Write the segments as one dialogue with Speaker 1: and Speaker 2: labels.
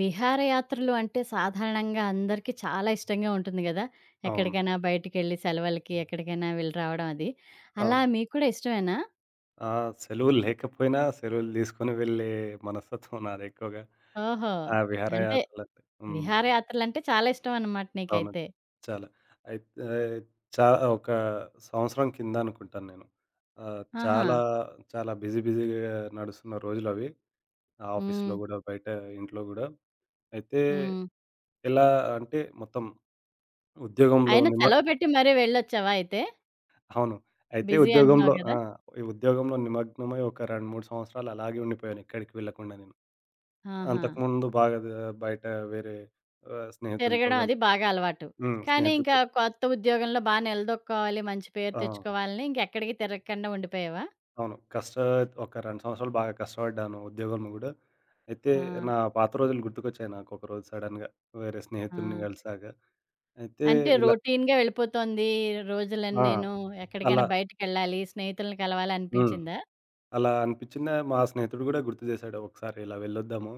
Speaker 1: విహారయాత్రలు అంటే సాధారణంగా అందరికీ చాలా ఇష్టంగా ఉంటుంది గదా!
Speaker 2: అవును.
Speaker 1: ఎక్కడికైనా బయటికెళ్ళి సెలవులకి ఎక్కడికైనా వెళ్లి రావడం అది. అలా
Speaker 2: అవును.
Speaker 1: మీకు కూడా ఇష్టమేనా?
Speaker 2: ఆ! సెలవులు లేకపోయినా సెలవులు తీసుకొని వెళ్ళే మనస్తత్వం నాది ఎక్కువగా.
Speaker 1: ఓహో!
Speaker 2: ఆ
Speaker 1: అంటే
Speaker 2: విహారయాత్రలంటే. హ్మ్.
Speaker 1: విహారయాత్రలంటే చాలా ఇష్టం అన్నమాట
Speaker 2: అవును.
Speaker 1: నీకైతే.
Speaker 2: చాలా. అయితే చా ఒక సంవత్సరం కింద అనుకుంటాను నేను.
Speaker 1: ఆహా!
Speaker 2: చాలా చాలా బిజీగా నడుస్తున్న రోజులవి. ఆఫీస్‌లో
Speaker 1: హ్మ్.
Speaker 2: గూడా, బయట ఇంట్లో గూడా. అయితే
Speaker 1: హ్మ్.
Speaker 2: ఎలా అంటే మొత్తం ఉద్యోగంలో
Speaker 1: అయినా
Speaker 2: నిమ
Speaker 1: సెలవు పెట్టి మరీ వెళ్ళొచ్చావా అయితే?
Speaker 2: అవును. అయితే
Speaker 1: బిజీ అంటున్నావు
Speaker 2: ఉద్యోగంలో
Speaker 1: గదా!
Speaker 2: ఆ! ఈ ఉద్యోగంలో నిమగ్నమై ఒక 2, 3 సంవత్సరాలు అలాగే ఉండిపోయాను. ఎక్కడికి వెళ్ళకుండా నేను.
Speaker 1: ఆహా!
Speaker 2: అంతకుముందు బాగా ద బయట వేరే స్నేహితులతో
Speaker 1: తిరగడం అది
Speaker 2: కలిసి
Speaker 1: బాగా అలవాటు.
Speaker 2: హ్మ్.
Speaker 1: కానీ ఇంకా
Speaker 2: స్నేహితులతో
Speaker 1: కొత్త ఉద్యోగంలో బా నిలదొక్కుకోవాలి, మంచి పేరు
Speaker 2: ఆ!
Speaker 1: తెచ్చుకోవాలని ఇంకెక్కడికి తిరగకుండా ఉండిపోయావా?
Speaker 2: అవును. ఒక 2 సంవత్సరాలు బాగా కష్టపడ్డాను ఉద్యోగంలో గూడా. అయితే
Speaker 1: ఆ!
Speaker 2: నా పాత రోజులు గుర్తుకొచ్చాయి నాకొకరోజు సడెన్‌గా. వేరే
Speaker 1: ఆ!
Speaker 2: స్నేహితుడిని కలిసాక. అయితే
Speaker 1: అంటే
Speaker 2: ఇలా
Speaker 1: రొటీన్‌గా వెళ్ళిపోతోంది. రోజులన్నీ
Speaker 2: ఆ!
Speaker 1: నేను ఎక్కడికైనా
Speaker 2: అలా
Speaker 1: బయటికెళ్ళాలి, స్నేహితుల్ని కలవాలి
Speaker 2: హ్మ్.
Speaker 1: అనిపించిందా?
Speaker 2: అలా అనిపించిందా మా స్నేహితుడు గూడా గుర్తు చేశాడు. ఒకసారి ఇలా వెళ్ళొద్దాము.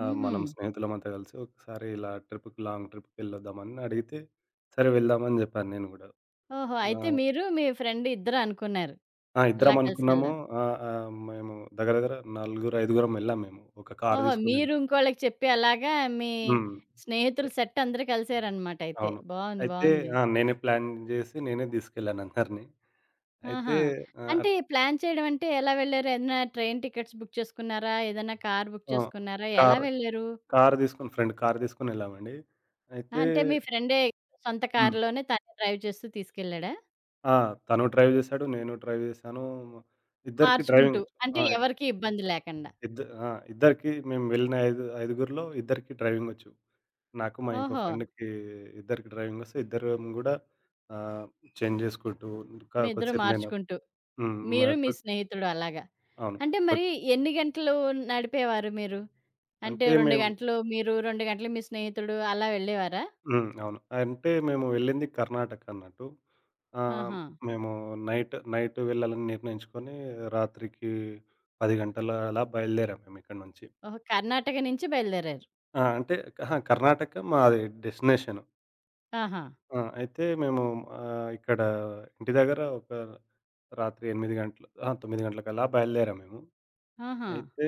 Speaker 1: హుహు.
Speaker 2: మనం స్నేహితులమంతా కలిసి ఒకసారి ఇలా ట్రిప్‌కి లాంగ్ ట్రిప్‌కి వెళ్ళొద్దామని అడిగితే, సరే వెళ్దామని జెప్పాను నేను గూడా.
Speaker 1: ఓహో!
Speaker 2: ఆ!
Speaker 1: అయితే మీరు, మీ ఫ్రెండ్ ఇద్దరు అనుకున్నారు.
Speaker 2: ఆ!
Speaker 1: అలా
Speaker 2: ఇద్దరం
Speaker 1: కలిసి
Speaker 2: అనుకున్నాము.
Speaker 1: వెళ్దాం.
Speaker 2: ఆహ్, ఆహ్, మేము దగ్గర దగ్గర నలుగురు, ఐదుగురం ఎళ్ళాం మేము. ఒక కార్
Speaker 1: ఓహో! మీరు
Speaker 2: తీసుకొనెళ్ళాం.
Speaker 1: ఇంకోళ్ళకి చెప్పి అలాగా మీ
Speaker 2: హ్మ్.
Speaker 1: స్నేహితుల
Speaker 2: ఎ
Speaker 1: సెట్ అందరూ కలిసారనమాట అయితే.
Speaker 2: అవును.
Speaker 1: బావుంది.
Speaker 2: అయితే
Speaker 1: బావుంది.
Speaker 2: ఆ! నేనే ప్లాన్ జేసి నేనే తీసుకెళ్ళాను అందరిని. అయితే
Speaker 1: ఆహా!
Speaker 2: ఆహ్,
Speaker 1: అంటే
Speaker 2: అట్
Speaker 1: ప్లాన్ చేయడం అంటే ఎలా వెళ్లారు? ఏదైనా ట్రైన్ టికెట్స్ బుక్ చేసుకున్నారా? ఏదైనా కార్ బుక్
Speaker 2: ఆ!
Speaker 1: చేసుకున్నారా? ఎలా
Speaker 2: కార్
Speaker 1: వెళ్లారు?
Speaker 2: కార్ తీసుకొని ఫ్రెండ్ కార్ తీసుకొనెళ్ళామండి. అయితే
Speaker 1: అంటే మీ ఫ్రెండే సొంత
Speaker 2: హ్మ్.
Speaker 1: కారులోనే తనే డ్రైవ్ చేస్తూ తీసుకెళ్ళాడా?
Speaker 2: ఆ! తను డ్రైవ్ జేశాడు. నేను డ్రైవ్ జేశాను. ఇద్దరికీ
Speaker 1: మార్చుకుంటూ.
Speaker 2: డ్రైవింగ్
Speaker 1: అంటే
Speaker 2: ఆ!
Speaker 1: ఎవరికీ ఇబ్బంది లేకండా.
Speaker 2: ఇద్ద ఆ! ఇద్దరికి మేము వెళ్ళిన ఐదుగురిలో ఇద్దరికి డ్రైవింగొచ్చు. నాకు, మా ఇంకో
Speaker 1: ఓహో!
Speaker 2: ఫ్రెండ్‌కి ఇద్దరికి డ్రైవింగొస్తే ఇద్దరం గూడా ఆహ్, చేంజ్ జేసుకుంటూ
Speaker 1: మీ ఇద్దరు
Speaker 2: కొద్దిసేపు నేను
Speaker 1: మార్చుకుంటూ.
Speaker 2: హ్మ్.
Speaker 1: మీరు మీ
Speaker 2: నాకు
Speaker 1: స్నేహితుడు అలాగా.
Speaker 2: అవును.
Speaker 1: అంటే
Speaker 2: కొద్
Speaker 1: మరి ఎన్ని గంటలు నడిపేవారు మీరు? అంటే
Speaker 2: అంటే
Speaker 1: 2
Speaker 2: మేము
Speaker 1: గంటలు మీరు, 2 గంటలు మీ స్నేహితుడు అలా వెళ్ళేవారా?
Speaker 2: హ్మ్. అవును. అంటే మేము వెళ్ళింది కర్ణాటక అన్నట్టు. ఆహ్,
Speaker 1: ఆహా!
Speaker 2: మేము నైట్ నైట్ వెళ్ళాలని నిర్ణయించుకొని రాత్రికి 10 గంటల అలా బయలుదేరాం మేము ఇక్కడి నుంచి.
Speaker 1: ఓహో! కర్ణాటక నుంచి బయలుదేరారు.
Speaker 2: ఆ! అంటే అహా! కర్ణాటక మాది డెస్టినేషన్.
Speaker 1: ఆహా!
Speaker 2: ఆ! అయితే మేము ఇక్కడ ఇంటి దగ్గర ఒక రాత్రి 8 గంటలు అహా! 9 గంటలకల్లా బయలుదేరాం మేము.
Speaker 1: ఆహా!
Speaker 2: అయితే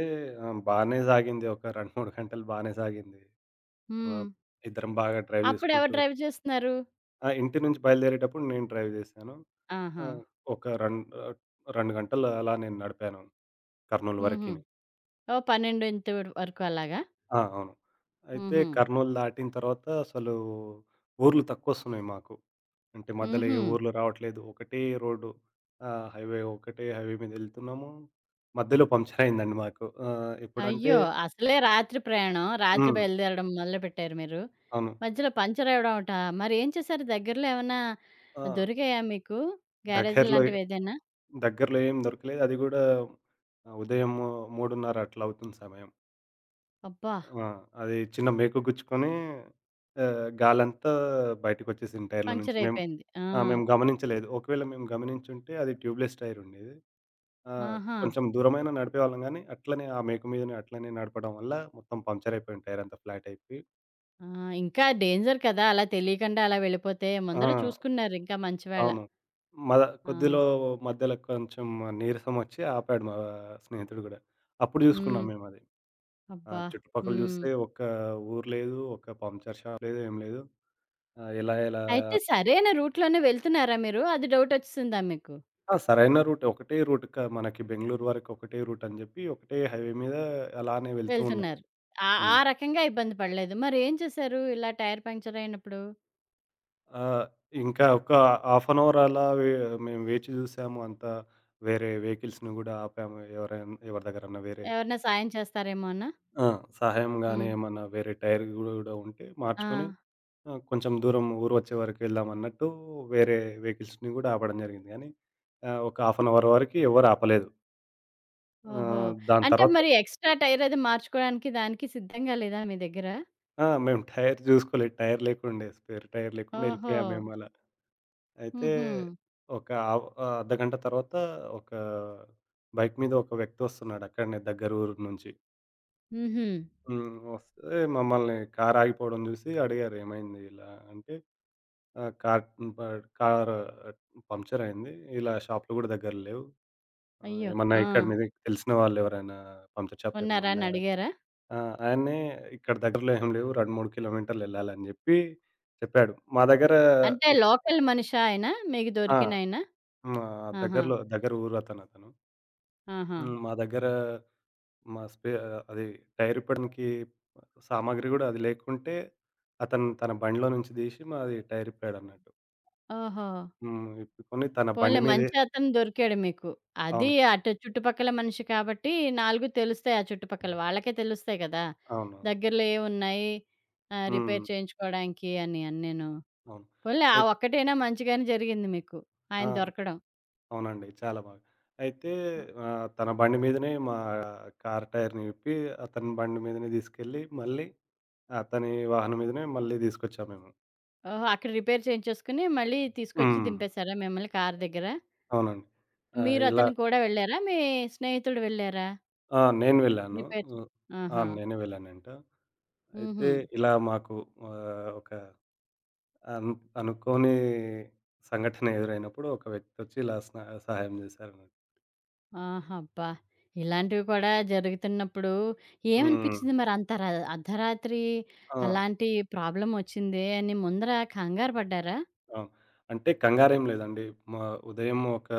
Speaker 2: బానే సాగింది ఒక 2, 3 గంటలు బానే సాగింది.
Speaker 1: హ్మ్.
Speaker 2: ఆహ్, ఇద్దరం బాగా డ్రైవ్
Speaker 1: అప్పుడు ఎవరు
Speaker 2: చేసుకుంటూ
Speaker 1: డ్రైవ్ చేస్తున్నారు?
Speaker 2: ఆ! ఇంటి నుంచి బయలుదేరేటప్పుడు నేను డ్రైవ్ చేశాను. ఆ!
Speaker 1: ఆహా!
Speaker 2: ఒక రెండు 2 గంటలు అలా నేను నడిపాను కర్నూల్
Speaker 1: హుహు.
Speaker 2: వరకి.
Speaker 1: ఓహ్! 12 వరకు అలాగా?
Speaker 2: ఆ! అవును. అయితే
Speaker 1: హుహు.
Speaker 2: కర్నూలు దాటిన తర్వాత అసలు ఊర్లు తక్కువొస్తున్నాయి మాకు. అంటే మధ్యలో
Speaker 1: హుహు.
Speaker 2: ఏ ఊర్లు రావట్లేదు. ఒకటే రోడ్డు. ఆహ్, హైవే ఒకటే హైవే మీదెళ్తున్నాము. మధ్యలో పంక్చర్ అయిందండి మాకు. ఎప్పుడంటే
Speaker 1: అయ్యో! అసలే రాత్రి ప్రయాణం. రాత్రి
Speaker 2: హ్మ్.
Speaker 1: బయలుదేరడం మొదలుపెట్టారు మీరు.
Speaker 2: అవును.
Speaker 1: మధ్యలో పంచర్ అవ్వడమట. మరేం చేశారు? దగ్గరలో ఏమన్నా
Speaker 2: ఆ!
Speaker 1: దొరికాయా మీకు? గ్యారేజ్‌లు
Speaker 2: దగ్గరలో ఎ
Speaker 1: లాంటివి ఏదైనా?
Speaker 2: దగ్గరలో ఏం దొరకలేదు. అది గూడా ఉదయం 3:30 అట్లా అవుతుంది సమయం.
Speaker 1: అబ్బా!
Speaker 2: ఆ! అది చిన్న మేకు గుచ్చుకొని గాలంతా బయటికొచ్చేసింది టైర్‌లో నుంచి.
Speaker 1: పంక్చర్
Speaker 2: మేము
Speaker 1: అయిపోయింది. ఆ!
Speaker 2: ఆ! మేము గమనించలేదు. ఒకవేళ మేము గమనించుంటే అది ట్యూబ్‌లెస్ టైర్ ఉండేది. ఆహ్,
Speaker 1: ఆహా!
Speaker 2: కొంచెం దూరమైనా నడిపేవాళ్ళం గానీ, అట్లనే ఆ మేకు మీదనే అట్లనే నడపడం వల్ల మొత్తం పంక్చర్ అయిపోయింది టైర్ అంతా ఫ్లాట్ అయిపోయి.
Speaker 1: ఆ! ఇంకా డేంజర్ కదా! అలా తెలియకుండా అలా వెళ్ళిపోతే.
Speaker 2: ఆ!
Speaker 1: ముందర చూసుకున్నారు ఇంకా మంచివేళ.
Speaker 2: అవును. మద
Speaker 1: ఆ!
Speaker 2: కొద్దిలో మధ్యలో కొంచెం నీరసం వచ్చి ఆపాడు మా స్నేహితుడు గూడా. అప్పుడు
Speaker 1: హ్మ్.
Speaker 2: జూసుకున్నాం మేమది. ఆ!
Speaker 1: అబ్బా!
Speaker 2: చుట్టుపక్కల
Speaker 1: హ్మ్.
Speaker 2: జూస్తే ఒక్క ఊరు లేదు, ఒక్క పంక్చర్ షాప్ లేదు, ఏం లేదు. ఆహ్, ఎలా ఎలా
Speaker 1: అయితే సరైన రూట్‌లోనే వెళ్తున్నారా మీరు? అది డౌటొచ్చేసిందా మీకు?
Speaker 2: ఆ! సరైన రూట్ ఒకటే రూట్ క మనకి బెంగుళూరు వరకు ఒకటే రూట్ అని జెప్పి, ఒకటే హైవే మీద అలానే వెళ్తూ ఉన్నాం.
Speaker 1: వెళ్తున్నారు. ఆ ఆ
Speaker 2: హ్మ్.
Speaker 1: రకంగా ఇబ్బంది పడలేదు. మరేం చేశారు? ఇలా టైర్ పంక్చర్ అయినప్పుడు?
Speaker 2: ఆ! ఇంకా ఒక హాఫ్ అన్ అవర్ అలా వే మేము వేచి చూసాము. అంతా వేరే వెహికల్స్‌ని గూడా ఆపాము. ఎవరైనా ఎవరి దగ్గరన్నా వేరే
Speaker 1: ఎవరైనా సాయం చేస్తారేమోనా?
Speaker 2: ఆ! సహాయం గాని
Speaker 1: హ్మ్.
Speaker 2: ఏమన్నా వేరే టైర్ గూడా ఉంటే
Speaker 1: ఆ!
Speaker 2: మార్చుకొని కొంచెం దూరం ఊరు వచ్చే వరకు వెళ్దాం అన్నట్టు వేరే వెహికల్స్‌ని గూడా ఆపడం జరిగింది. కానీ ఒక హాఫ్ అన్ అవర్ వరకి ఎవరు ఆపలేదు.
Speaker 1: ఓహో!
Speaker 2: దాని
Speaker 1: అంటే
Speaker 2: తర్వాత
Speaker 1: మరి ఎక్స్‌ట్రా టైర్ అది మార్చుకోవడానికి దానికి సిద్ధంగా లేదా మీ దగ్గర?
Speaker 2: ఆ! మేము టైర్ చూసుకోలేదు. టైర్ లేకుండే స్పేర్ టైర్ లేకుండా
Speaker 1: ఓహో!
Speaker 2: వెళ్ళిపోయాము మేము అలా. అయితే
Speaker 1: హుహు.
Speaker 2: అర్ధగంట తర్వాత ఒక బైక్ మీద ఒక వ్యక్తి వస్తున్నాడు అక్కడనే దగ్గర ఊరు నుంచి.
Speaker 1: హుహు.
Speaker 2: హ్మ్. వస్తే మమ్మల్ని కారు ఆగిపోవడం చూసి అడిగారు ఏమైంది ఇలా అంటే ఆహ్, కార్ ప కార్ పంక్చర్ అయింది. ఇలా షాపులు కూడా దగ్గర లేవు.
Speaker 1: అయ్యో!
Speaker 2: ఏమన్నా
Speaker 1: ఆ!
Speaker 2: ఇక్కడ మీద తెలిసిన వాళ్ళు ఎవరైనా పంక్చర్ షాపులు ఏమైనా
Speaker 1: ఉన్నారా అని
Speaker 2: ఉన్నాయా?
Speaker 1: అడిగారా?
Speaker 2: ఆ! ఆయనే ఇక్కడ దగ్గరలో ఏం లేవు 2, 3 కిలోమీటర్లు వెళ్ళాలని చెప్పి చెప్పాడు. మా దగ్గర
Speaker 1: అంటే
Speaker 2: ఇప్
Speaker 1: లోకల్ మనిషా ఆయన? మీకు
Speaker 2: ఆ!
Speaker 1: దొరికినాయన?
Speaker 2: మా
Speaker 1: ఆహా!
Speaker 2: దగ్గరలో దగ్గర ఊరు అతను అతను.
Speaker 1: ఆహా!
Speaker 2: హ్మ్. మా దగ్గర మా స్పే ఆహ్, అది టైర్ ఇప్పడానికి సామాగ్రి గూడా అది లేకుంటే, అతను తన బండిలో నుంచి తీసి మాది టైర్ ఇప్పాడన్నట్టు.
Speaker 1: ఓహో!
Speaker 2: హ్మ్. ఇప్పుకొని తన
Speaker 1: పోన్లే
Speaker 2: బండి మీదే
Speaker 1: మంచి అతను దొరికాడు మీకు. అది
Speaker 2: అవును.
Speaker 1: అటు చుట్టుపక్కల మనిషి కాబట్టి 4 తెలుస్తాయి ఆ చుట్టుపక్కల వాళ్ళకే తెలుస్తాయి కదా!
Speaker 2: అవును.
Speaker 1: దగ్గరలో ఏవున్నాయి రిపేర్
Speaker 2: హ్మ్.
Speaker 1: చేయించుకోవడానికి అని అన్నీను.
Speaker 2: అవును.
Speaker 1: పోన్లే ఆ
Speaker 2: అయిత్
Speaker 1: ఒక్కటైనా మంచిగానే జరిగింది మీకు. ఆయన
Speaker 2: ఆ!
Speaker 1: దొరకడం.
Speaker 2: అవునండి. చాలా బాగా. అయితే తన బండి మీదనే మా కార్ టైర్‌ని విప్పి, అతని బండి మీదనే తీసుకెళ్ళి, మళ్ళీ అతని వాహనం మీదనే మళ్ళీ తీసుకొచ్చాము మేము.
Speaker 1: ఓహో! అక్కడ రిపేర్ చేయించేసుకొని మళ్ళీ తీసుకొచ్చి
Speaker 2: హ్మ్.
Speaker 1: దింపేసారా మిమ్మల్ని కారు దగ్గర?
Speaker 2: అవునండి.
Speaker 1: మీరు
Speaker 2: ఇలా
Speaker 1: అతను కూడా వెళ్లారా? మీ స్నేహితుడు వెళ్లారా?
Speaker 2: ఆ! నేను వెళ్ళాను.
Speaker 1: రిపేర్ చే
Speaker 2: హ్మ్. ఆ!
Speaker 1: ఆహా!
Speaker 2: నేనే వెళ్ళానంట.
Speaker 1: హుహు.
Speaker 2: అయితే ఇలా మాకు ఒక అను అనుకోని సంఘటన ఎదురైనప్పుడు ఒక వ్యక్తొచ్చి ఇలా సహాయం చేశారన్నట్టు.
Speaker 1: ఆహా! అబ్బా! ఇలాంటివి కూడా జరుగుతున్నప్పుడు
Speaker 2: హ్మ్.
Speaker 1: ఏమనిపిచ్చింది మరి? అంత ర అర్ధరాత్రి
Speaker 2: ఆ!
Speaker 1: అలాంటి ప్రాబ్లమొచ్చిందే అని ముందర కంగారు పడ్డారా?
Speaker 2: అవును. అంటే కంగారేం లేదండి. మా ఉదయం ఒక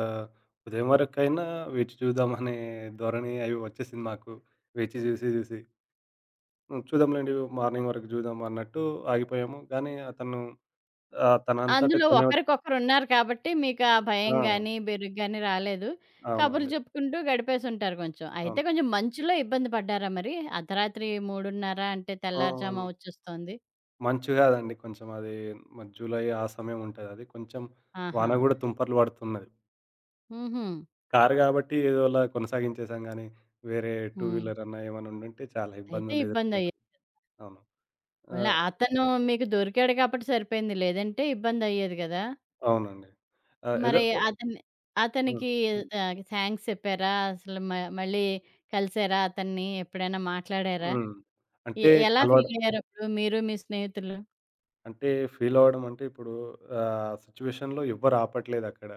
Speaker 2: ఉదయం వరకైనా వేచి చూద్దామనే ధోరణి అయి వచ్చేసింది మాకు. వేచి చూసి చూసి. హ్మ్. చూద్దాంలెండి మార్నింగ్ వరకు చూద్దాం అన్నట్టు ఆగిపోయాము. కానీ అతను తనంతట
Speaker 1: అందులో
Speaker 2: తనే వచ్చి
Speaker 1: ఒకరికొకరున్నారు కాబట్టి మీకు ఆ భయం
Speaker 2: ఆ!
Speaker 1: గాని, బెరుకు గాని రాలేదు. కబుర్లు
Speaker 2: అవునండి.
Speaker 1: చెప్పుకుంటూ గడిపేసుంటారు కొంచెం. అయితే
Speaker 2: అవును.
Speaker 1: కొంచెం మంచులో ఇబ్బంది పడ్డారా మరి? అర్ధరాత్రి 3:30 అంటే
Speaker 2: ఆ!
Speaker 1: తెల్లారుజామున వచ్చేస్తోంది.
Speaker 2: మంచు కాదండి. కొంచెం అది మరి జూలై ఆ సమయం ఉంటదది. కొంచెం
Speaker 1: ఆహా!
Speaker 2: వాన గూడా తుంపర్లు పడుతున్నది.
Speaker 1: హుహు.
Speaker 2: కారు గాబట్టి ఏదోలా కొనసాగించేసాం గానీ, వేరే టూ
Speaker 1: హ్మ్.
Speaker 2: వీలర్ అన్నా ఏమన్నా ఉండుంటే చాలా
Speaker 1: అయితే
Speaker 2: ఇబ్బందులు ఎదుర్కొనేవాళ్ళం.
Speaker 1: ఇబ్బందయ్యేది.
Speaker 2: అవును.
Speaker 1: పోన్లే
Speaker 2: ఆహ్,
Speaker 1: అతను మీకు దొరికాడు కాబట్టి సరిపోయింది. లేదంటే ఇబ్బందయ్యేది గదా!
Speaker 2: అవునండి.
Speaker 1: మరి
Speaker 2: ఏదో
Speaker 1: అతని
Speaker 2: హ్మ్.
Speaker 1: అతనికి థాంక్స్ చెప్పారా? అసలు మ మళ్ళీ కలిసారా అతన్ని? ఎప్పుడైనా మాట్లాడారా?
Speaker 2: హ్మ్.
Speaker 1: ఎ
Speaker 2: అంటే
Speaker 1: ఎలా ఫీల్
Speaker 2: కలవడం
Speaker 1: అయ్యారప్పుడు మీరు, మీ స్నేహితులు?
Speaker 2: అంటే ఫీలవ్వడం అంటే ఇప్పుడు సిచ్యువేషన్‌లో ఎవ్వరు ఆపట్లేదక్కడ.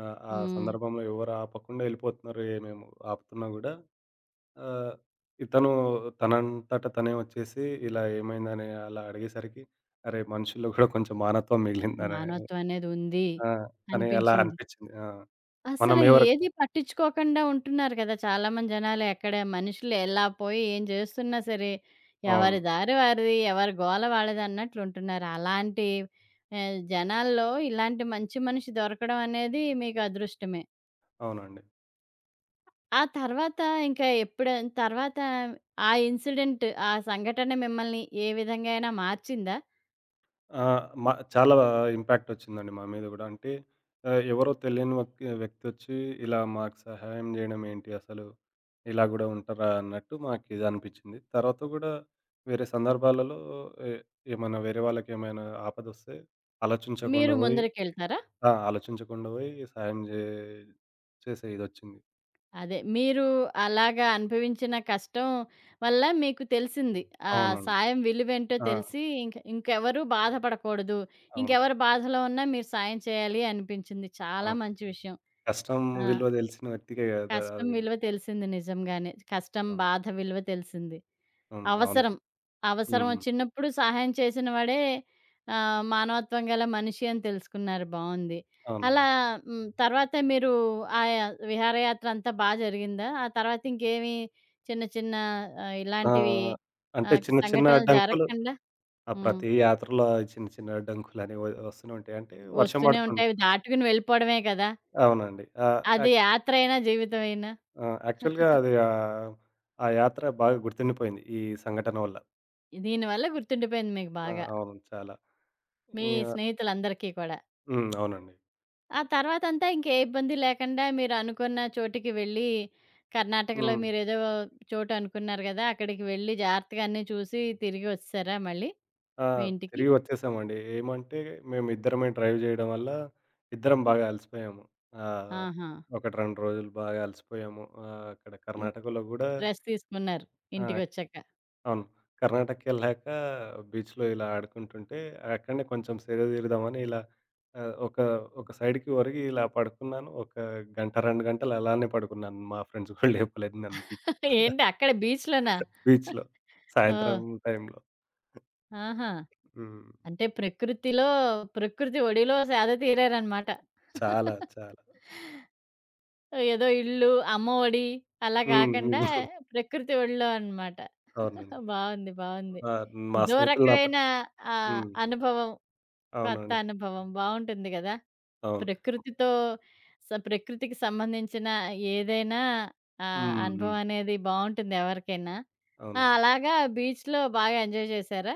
Speaker 2: ఆ ఆ
Speaker 1: హ్మ్.
Speaker 2: సందర్భంలో ఎవరు ఆపకుండా ఎళ్ళిపోతున్నారు. ఏమేమి ఆపుతున్నా గూడా ఆహ్, ఇతను తనంతట తనే వచ్చేసి ఇలా ఏమైందని అలా అడిగేసరికి, అరే! మనుషుల్లో కూడా కొంచెం మానవత్వం మిగిలిందనే
Speaker 1: మానవత్వం అనేది ఉంది
Speaker 2: ఆ! అని అలా
Speaker 1: అనిపించింది.
Speaker 2: అనిపించింది. ఆ! మనం
Speaker 1: అసలు
Speaker 2: ఎవరి
Speaker 1: ఏది పట్టించుకోకుండా ఉంటున్నారు కదా! చాలామంది జనాలు. ఎక్కడ మనుషులు ఎలా పోయి ఏం చేస్తున్నా సరే,
Speaker 2: అవును.
Speaker 1: ఎవరి దారి వారిది, ఎవరి గోల వాళ్ళది అన్నట్లు ఉంటున్నారు. అలాంటి జనాల్లో ఇలాంటి మంచి మనిషి దొరకడం అనేది మీకు అదృష్టమే.
Speaker 2: అవునండి.
Speaker 1: ఆ తర్వాత ఇంకా ఎప్పుడు తర్వాత ఆ ఇన్సిడెంట్, ఆ సంఘటన మిమ్మల్ని ఏ విధంగా అయినా మార్చిందా?
Speaker 2: ఆ! మ చాలా ఇంపాక్ట్ వచ్చిందండి మా మీద కూడా. అంటే ఎవరో తెలియని వ్యక్తి వచ్చి ఇలా మాకు సహాయం చేయడం ఏంటి అసలు? ఇలా కూడా ఉంటారా? అన్నట్టు మాకిది అనిపించింది. తర్వాత కూడా వేరే సందర్భాలలో ఎ ఏమైనా వేరే వాళ్ళకి ఏమైనా ఆపదొస్తే
Speaker 1: మీరు
Speaker 2: ఆలోచించకుండా పోయి
Speaker 1: ముందరికెళ్తారా?
Speaker 2: ఆ! ఆలోచించకుండా పోయి సాయం జే చేసే ఇదొచ్చింది.
Speaker 1: అదే మీరు అలాగా అనుభవించిన కష్టం వల్ల మీకు తెలిసింది. ఆ
Speaker 2: అవునండి.
Speaker 1: సాయం విలువేంటో
Speaker 2: ఆ!
Speaker 1: తెలిసి ఇంక ఇంకెవరు బాధపడకూడదు.
Speaker 2: అవును.
Speaker 1: ఇంకెవరు బాధలో ఉన్నా మీరు సాయం చేయాలి అనిపించింది. చాలా
Speaker 2: అవును.
Speaker 1: మంచి విషయం.
Speaker 2: కష్టం
Speaker 1: ఆ!
Speaker 2: విలువ తెలిసిన వ్యక్తికే కదా!
Speaker 1: కష్టం
Speaker 2: అది
Speaker 1: విలువ తెలిసింది నిజంగానే. కష్టం,
Speaker 2: అవును.
Speaker 1: బాధ విలువ తెలిసింది.
Speaker 2: హ్మ్.
Speaker 1: అవసరం.
Speaker 2: అవునండి.
Speaker 1: అవసరం
Speaker 2: హ్మ్.
Speaker 1: వచ్చినప్పుడు సహాయం చేసిన వాడే మానవత్వం గల మనిషి అని తెలుసుకున్నారు. బావుంది. అలా
Speaker 2: అవునండి.
Speaker 1: హ్మ్. తర్వాత మీరు ఆయా విహారయాత్ర అంతా బా జరిగిందా? ఆ తర్వాత ఇంకేమి చిన్న చిన్న
Speaker 2: ఆ!
Speaker 1: ఇలాంటివి
Speaker 2: అంటే చిన్న చిన్న
Speaker 1: సంఘటనలు
Speaker 2: అడ్డంకులు
Speaker 1: జరగకుండా
Speaker 2: ఆ!
Speaker 1: హ్మ్.
Speaker 2: ప్రతి యాత్రలో చిన్న చిన్న అడ్డంకులని వ వస్తూనే ఉంటాయి. అంటే వర్షం
Speaker 1: వస్తూనే ఉంటాయి.
Speaker 2: పడుతుంది.
Speaker 1: అవి దాటుకుని వెళ్ళిపోవడమే కదా!
Speaker 2: అవునండి. ఆహ్,
Speaker 1: అది
Speaker 2: యాక్
Speaker 1: యాత్రైనా, జీవితమైనా.
Speaker 2: ఆ! యాక్చువల్‌గా అది ఆ యాత్ర బాగా గుర్తుండిపోయింది. ఈ సంఘటన వల్ల.
Speaker 1: దీనివల్ల గుర్తుండిపోయింది మీకు
Speaker 2: ఆ!
Speaker 1: బాగా.
Speaker 2: అవును. చాలా.
Speaker 1: మీ
Speaker 2: ఇంగ
Speaker 1: స్నేహితులందరికీ కూడా.
Speaker 2: హ్మ్. అవునండి.
Speaker 1: ఆ తర్వాతంతా ఇంకే ఇబ్బంది లేకుండా మీరనుకున్న చోటికి వెళ్ళి, కర్ణాటకలో
Speaker 2: హ్మ్.
Speaker 1: మీరేదో చోటు అనుకున్నారు గదా! అక్కడికి వెళ్ళి జాగ్రత్తగా అన్నీ చూసి తిరిగి వచ్చేసారా మళ్ళీ
Speaker 2: ఆ!
Speaker 1: మీ ఇంటికి?
Speaker 2: తిరిగి వచ్చేసామండి. ఏమంటే మేమిద్దరమే డ్రైవ్ జేయడం వల్ల ఇద్దరం బాగా అలసిపోయాము. ఆహ్,
Speaker 1: ఆహా!
Speaker 2: 1, 2 రోజులు బాగా అలసిపోయాము. అక్కడ
Speaker 1: ఇం
Speaker 2: కర్ణాటకలో గూడా
Speaker 1: రెస్ట్ తీసుకున్నారు
Speaker 2: ఆ!
Speaker 1: ఇంటికొచ్చాక.
Speaker 2: అవును. కర్ణాటకెళ్ళాక బీచ్‌లో ఇలా ఆడుకుంటుంటే అక్కడనే కొంచెం సేద దీరుదామని ఇలా ఆహ్, ఒక ఒక సైడ్‌కి ఒరిగి ఇలా పడుకున్నాను. ఒక గంట, 2 గంటలు అలానే పడుకున్నాను. మా ఫ్రెండ్స్ గూడా లేపలేదు నన్ను బీచ్‌లో.
Speaker 1: ఏంటి అక్కడే బీచ్‌లోనా?
Speaker 2: బీచ్‌లో
Speaker 1: ఓహ్!
Speaker 2: సాయంత్రం టైంలో.
Speaker 1: ఆహా!
Speaker 2: హ్మ్.
Speaker 1: అంటే ప్రకృతిలో, ప్రకృతి ఒడిలో సేద తీరారనమాట.
Speaker 2: చాలా చాలా.
Speaker 1: ఏదో ఇల్లు, అమ్మఒడి అలా
Speaker 2: హ్మ్.
Speaker 1: కాకుండా
Speaker 2: హ్మ్.
Speaker 1: ప్రకృతి ఒడిలో అనమాట.
Speaker 2: అవునండి.
Speaker 1: బావుంది. బావుంది.
Speaker 2: ఆ! మా
Speaker 1: ఇదో
Speaker 2: స్నేహితులు నా ప
Speaker 1: రకమైన
Speaker 2: హ్మ్.
Speaker 1: అనుభవం. కొత్త
Speaker 2: అవునండి.
Speaker 1: అనుభవం. బావుంటుంది గదా!
Speaker 2: అవును.
Speaker 1: ప్రకృతితో స ప్రకృతికి సంబంధించిన ఏదైనా
Speaker 2: హ్మ్. హ్మ్.
Speaker 1: అనుభవం అనేది బావుంటుంది ఎవరికైనా. ఆ!
Speaker 2: అవునండి.
Speaker 1: అలాగా బీచ్‌లో బాగా ఎంజాయ్ చేశారా?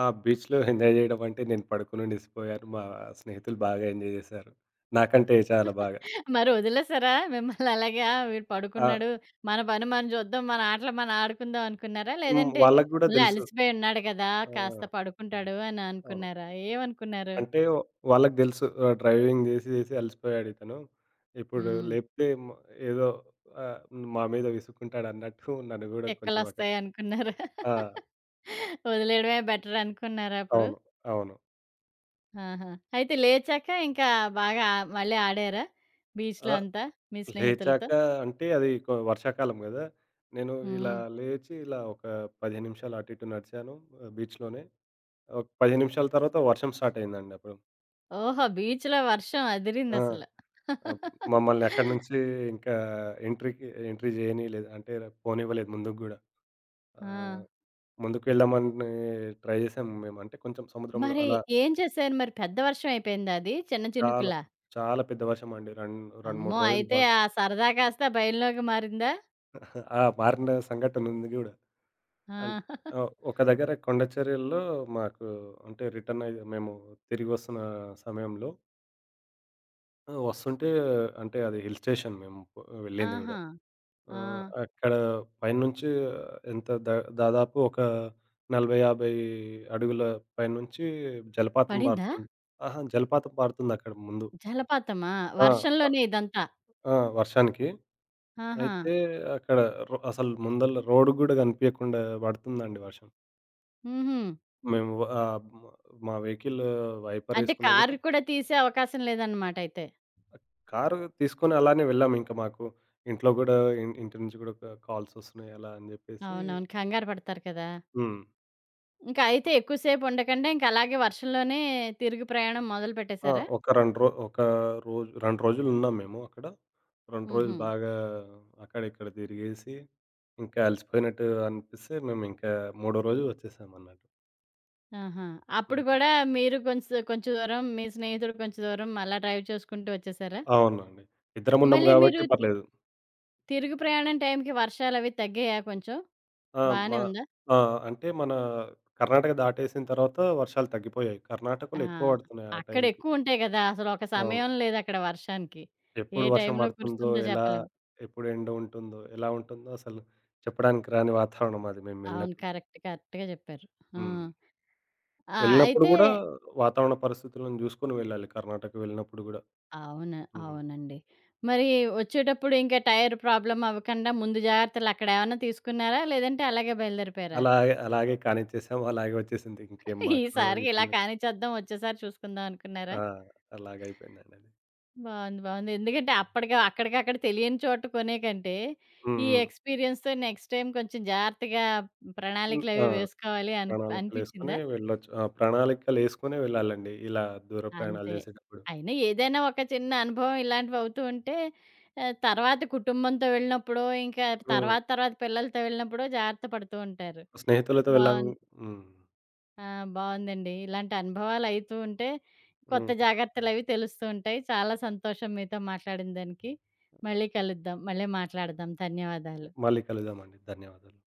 Speaker 2: ఆ బీచ్‌లో ఎంజాయ్ జేయడం అంటే నేను పడుకొని లెసిపోయాను. మా స్నేహితులు బాగా ఎంజాయ్ జేశారు. నాకంటే చాలా బాగా.
Speaker 1: మరి వదిలేసారా? మిమ్మల్ని అలాగా వీడు
Speaker 2: ఆహ్,
Speaker 1: పడుకున్నాడు. మన పని మనం చూద్దాం. మన ఆటలు మనం ఆడుకుందాం అనుకున్నారా?
Speaker 2: హ్మ్.
Speaker 1: లేదంటే
Speaker 2: వాళ్ళకి గూడా
Speaker 1: పోన్లే
Speaker 2: దెలుసు.
Speaker 1: అలసిపోయి ఉన్నాడు కదా!
Speaker 2: ఆ!
Speaker 1: కాస్త పడుకుంటాడు అని
Speaker 2: అవును.
Speaker 1: అనుకున్నారా? ఏమనుకున్నారు?
Speaker 2: అంటే వాళ్ళకి దెలుసు డ్రైవింగ్ జేసి జేసి అలసిపోయాడితను. ఇప్పుడు
Speaker 1: హ్మ్.
Speaker 2: లేపితే మ ఏదో ఆహ్, మా మీద విసుక్కుంటాడన్నట్టు నన్ను గూడా కొంచెం అక్కడ
Speaker 1: తిక్కలొస్తాయి అనుకున్నారా?
Speaker 2: ఆ!
Speaker 1: వదిలేయడమే బెటర్ అనుకున్నారా అప్పుడు?
Speaker 2: అవును. అవును.
Speaker 1: ఆహా! అయితే లేచాక ఇంకా బాగా ఆ- మళ్ళీ ఆడారా? బీచ్‌లో
Speaker 2: ఆ!
Speaker 1: అంతా మీ స్నేహితులతో?
Speaker 2: లేచాక అంటే అది కొ వర్షాకాలం గదా! నేను ఇలా
Speaker 1: హ్మ్.
Speaker 2: లేచి ఇలా ఒక 15 నిమిషాలు అటు ఇటు నడిచాను బీచ్‌లోనే. ఒక 15 నిమిషాల తర్వాత వర్షం స్టార్ట్ అయిందండి అప్పుడు.
Speaker 1: ఓహో! బీచ్‌లో వర్షం
Speaker 2: ఆ!
Speaker 1: అదిరిందసలు.
Speaker 2: ఆహ్, మమ్మల్ని అక్కడి నుంచి ఇంకా ఎంట్రీ జేయనీయలేదు. అంటే పోనివ్వలేదు ముందుకు గూడా.
Speaker 1: ఆ!
Speaker 2: ఆహ్, ముందుకెళ్దామని ట్రై జేసాం మేము. అంటే కొంచెం సముద్రంలో
Speaker 1: మరి
Speaker 2: అలా
Speaker 1: ఏం చేశారు మరి? పెద్ద వర్షం అయిపోయిందా అది? చిన్న
Speaker 2: చాలా
Speaker 1: చినుకులా?
Speaker 2: చాలా పెద్ద వర్షం అండి. 2,
Speaker 1: అమ్మో!
Speaker 2: 3 రోజులు
Speaker 1: అయితే
Speaker 2: బాగా
Speaker 1: ఆ సరదా కాస్త భయంలోకి మారిందా?
Speaker 2: ఆ! మారిన సంఘటన ఉంది గూడా. అన్
Speaker 1: ఆ!
Speaker 2: ఒక దగ్గర కొండ చర్యల్లో మాకు అంటే రిటర్న్ అయి మేము తిరిగి వస్తున్న సమయంలో వస్తుంటే అంటే అది హిల్ స్టేషన్ మేము పొ వెళ్ళింది గూడా.
Speaker 1: ఆహా! ఆ!
Speaker 2: అక్కడ పైనుంచి ఎంత ద దాదాపు ఒక 40, 50 అడుగుల పైనుంచి జలపాతం
Speaker 1: పడిందా?
Speaker 2: పారుతుంది. ఆహా! జలపాతం పారుతుందక్కడ ముందు.
Speaker 1: జలపాతమా?
Speaker 2: ఆ! అ
Speaker 1: వర్షంలోనే ఇదంతా.
Speaker 2: ఆ! వర్షానికి.
Speaker 1: ఆహా!
Speaker 2: అయితే అక్కడ అసలు ముందల రోడ్డు గూడా కనిపియకుండా పడుతుందండి వర్షం.
Speaker 1: హుహు.
Speaker 2: మేము మా వెహికల్ వైపర్
Speaker 1: అంటే
Speaker 2: ఏసుకున్నా
Speaker 1: కారు
Speaker 2: గూడా
Speaker 1: కూడా తీసే అవకాశం లేదన్నమాట అయితే.
Speaker 2: కారు తీసుకొని అలానే వెళ్ళాము. ఇంకా మాకు ఇంట్లో గూడా ఇంటి నుంచి గూడా కాల్స్ ఒస్తున్నాయి అలా అని జెప్పేసి
Speaker 1: అవునవును. కంగారు పడతారు కదా!
Speaker 2: హ్మ్.
Speaker 1: ఇంకా అయితే ఎక్కువ సేపు ఉండకుండా ఇంక అలాగే వర్షంలోనే తిరుగు ప్రయాణం మొదలు
Speaker 2: ఆ!
Speaker 1: పెట్టేశారా?
Speaker 2: ఒక రోజు 2 రోజులున్నాం మేము అక్కడ. 2
Speaker 1: హుహు.
Speaker 2: రోజులు బాగా అక్కడ ఇక్కడ తిరిగేసి, ఇంకా అలసిపోయినట్టు అనిపిస్తే మేమింకా మూడో రోజు ఒచ్చేసామన్నట్టు.
Speaker 1: ఆహా! అప్పుడు
Speaker 2: హ్మ్.
Speaker 1: కూడా మీరు కొంచెం కొంచెం దూరం, మీ స్నేహితుడు కొంచెం దూరం అలా డ్రైవ్ చేసుకుంటూ వచ్చేసారా?
Speaker 2: అవునండి. ఇద్దరం ఉన్నాం
Speaker 1: మళ్ళీ మీరు
Speaker 2: గాబట్టి
Speaker 1: తి
Speaker 2: పర్లేదు.
Speaker 1: తిరుగు ప్రయాణం టైంకి వర్షాలవి తగ్గాయా కొంచెం?
Speaker 2: ఆ!
Speaker 1: బానే
Speaker 2: మా
Speaker 1: ఉందా?
Speaker 2: ఆ! అంటే మన కర్ణాటక దాటేసిన తర్వాత వర్షాలు తగ్గిపోయాయి.
Speaker 1: ఆ!
Speaker 2: కర్ణాటకలో ఎక్కువ పడుతున్నాయి ఆ టైంకి.
Speaker 1: అక్కడెక్కువుంటాయి గదా! అసలొక
Speaker 2: అవును.
Speaker 1: సమయం లేదక్కడ వర్షానికి. ఏ
Speaker 2: ఎప్పుడు వర్షం
Speaker 1: టైంలో
Speaker 2: పడుతుందో,
Speaker 1: కురుస్తుందో
Speaker 2: ఎలా
Speaker 1: చెప్పలేం.
Speaker 2: ఎప్పుడు ఎండ ఉంటుందో, ఎలా ఉంటుందో అసలు చెప్పడానికి రాని వాతావరణం అది మేము
Speaker 1: అవును.
Speaker 2: వెళ్ళినప్పుడు.
Speaker 1: కరెక్ట్. కరెక్ట్‌గా చెప్పారు. ఆ!
Speaker 2: హ్మ్.
Speaker 1: ఆ!
Speaker 2: వెళ్ళినప్పుడు
Speaker 1: అయితే
Speaker 2: గూడా వాతావరణ పరిస్థితులను జూసుకొని వెళ్ళాలి కర్ణాటక వెళ్ళినప్పుడు గూడా.
Speaker 1: అవును.
Speaker 2: హ్మ్.
Speaker 1: అవునండి. మరి వచ్చేటప్పుడు ఇంకా టైర్ ప్రాబ్లమ్ అవ్వకండా ముందు జాగ్రత్తలక్కడేమన్నా తీసుకున్నారా? లేదంటే అలాగే బయలుదేరిపోయారా?
Speaker 2: అలాగే, అలాగే కానిచ్చేసాం. అలాగే వచ్చేసింది. ఇంకేం మాకు
Speaker 1: ఈసారికి ఇలా
Speaker 2: ఇబ్బంది
Speaker 1: కానిచ్చేద్దాం, వచ్చేసారి చూసుకుందాం అనుకున్నారా?
Speaker 2: ఆ! అలాగయిపోయిందండది.
Speaker 1: బావుంది. బావుంది. ఎందుకంటే అప్పటికి అక్కడికక్కడ తెలియని చోట కొనే కంటే,
Speaker 2: హ్మ్.
Speaker 1: ఈ
Speaker 2: హ్మ్.
Speaker 1: ఎక్స్‌పీరియన్స్‌తో నెక్స్ట్ టైమ్ కొంచెం జాగ్రత్తగా
Speaker 2: హ్మ్.
Speaker 1: ప్రణాళికలవి
Speaker 2: ఆ!
Speaker 1: వేసుకోవాలి అని
Speaker 2: ప్రణాళికలేసుకొని
Speaker 1: అనిపిచ్చిందా?
Speaker 2: వెళ్ళొచ్చు. ఆ! ప్రణాళికలేసుకొనే వెళ్ళాలండి. ఇలా దూర ప్రయాణాలు
Speaker 1: అంతే.
Speaker 2: చేసేటప్పుడు.
Speaker 1: అయినా ఏదైనా ఒక చిన్న అనుభవం ఇలాంటివవుతూ ఉంటే తర్వాత కుటుంబంతో వెళ్ళినప్పుడో, ఇంకా
Speaker 2: హ్మ్.
Speaker 1: తర్వాత తర్వాత పిల్లలతో వెళ్ళినప్పుడో జాగ్రత్త పడుతూ ఉంటారు.
Speaker 2: స్నేహితులతో వెళ్ళాం
Speaker 1: బావుంది.
Speaker 2: హ్మ్.
Speaker 1: ఆ! బావుందండి. ఇలాంటి అనుభవాలయితూ ఉంటే, కొత్త
Speaker 2: హ్మ్.
Speaker 1: జాగ్రత్తలవి తెలుస్తూ ఉంటాయి. చాలా సంతోషం మీతో మాట్లాడిన దానికి. మళ్ళీ కలుద్దాం. మళ్ళీ మాట్లాడదాం. ధన్యవాదాలు.
Speaker 2: మళ్ళీ కలుద్దామండి. ధన్యవాదాలు.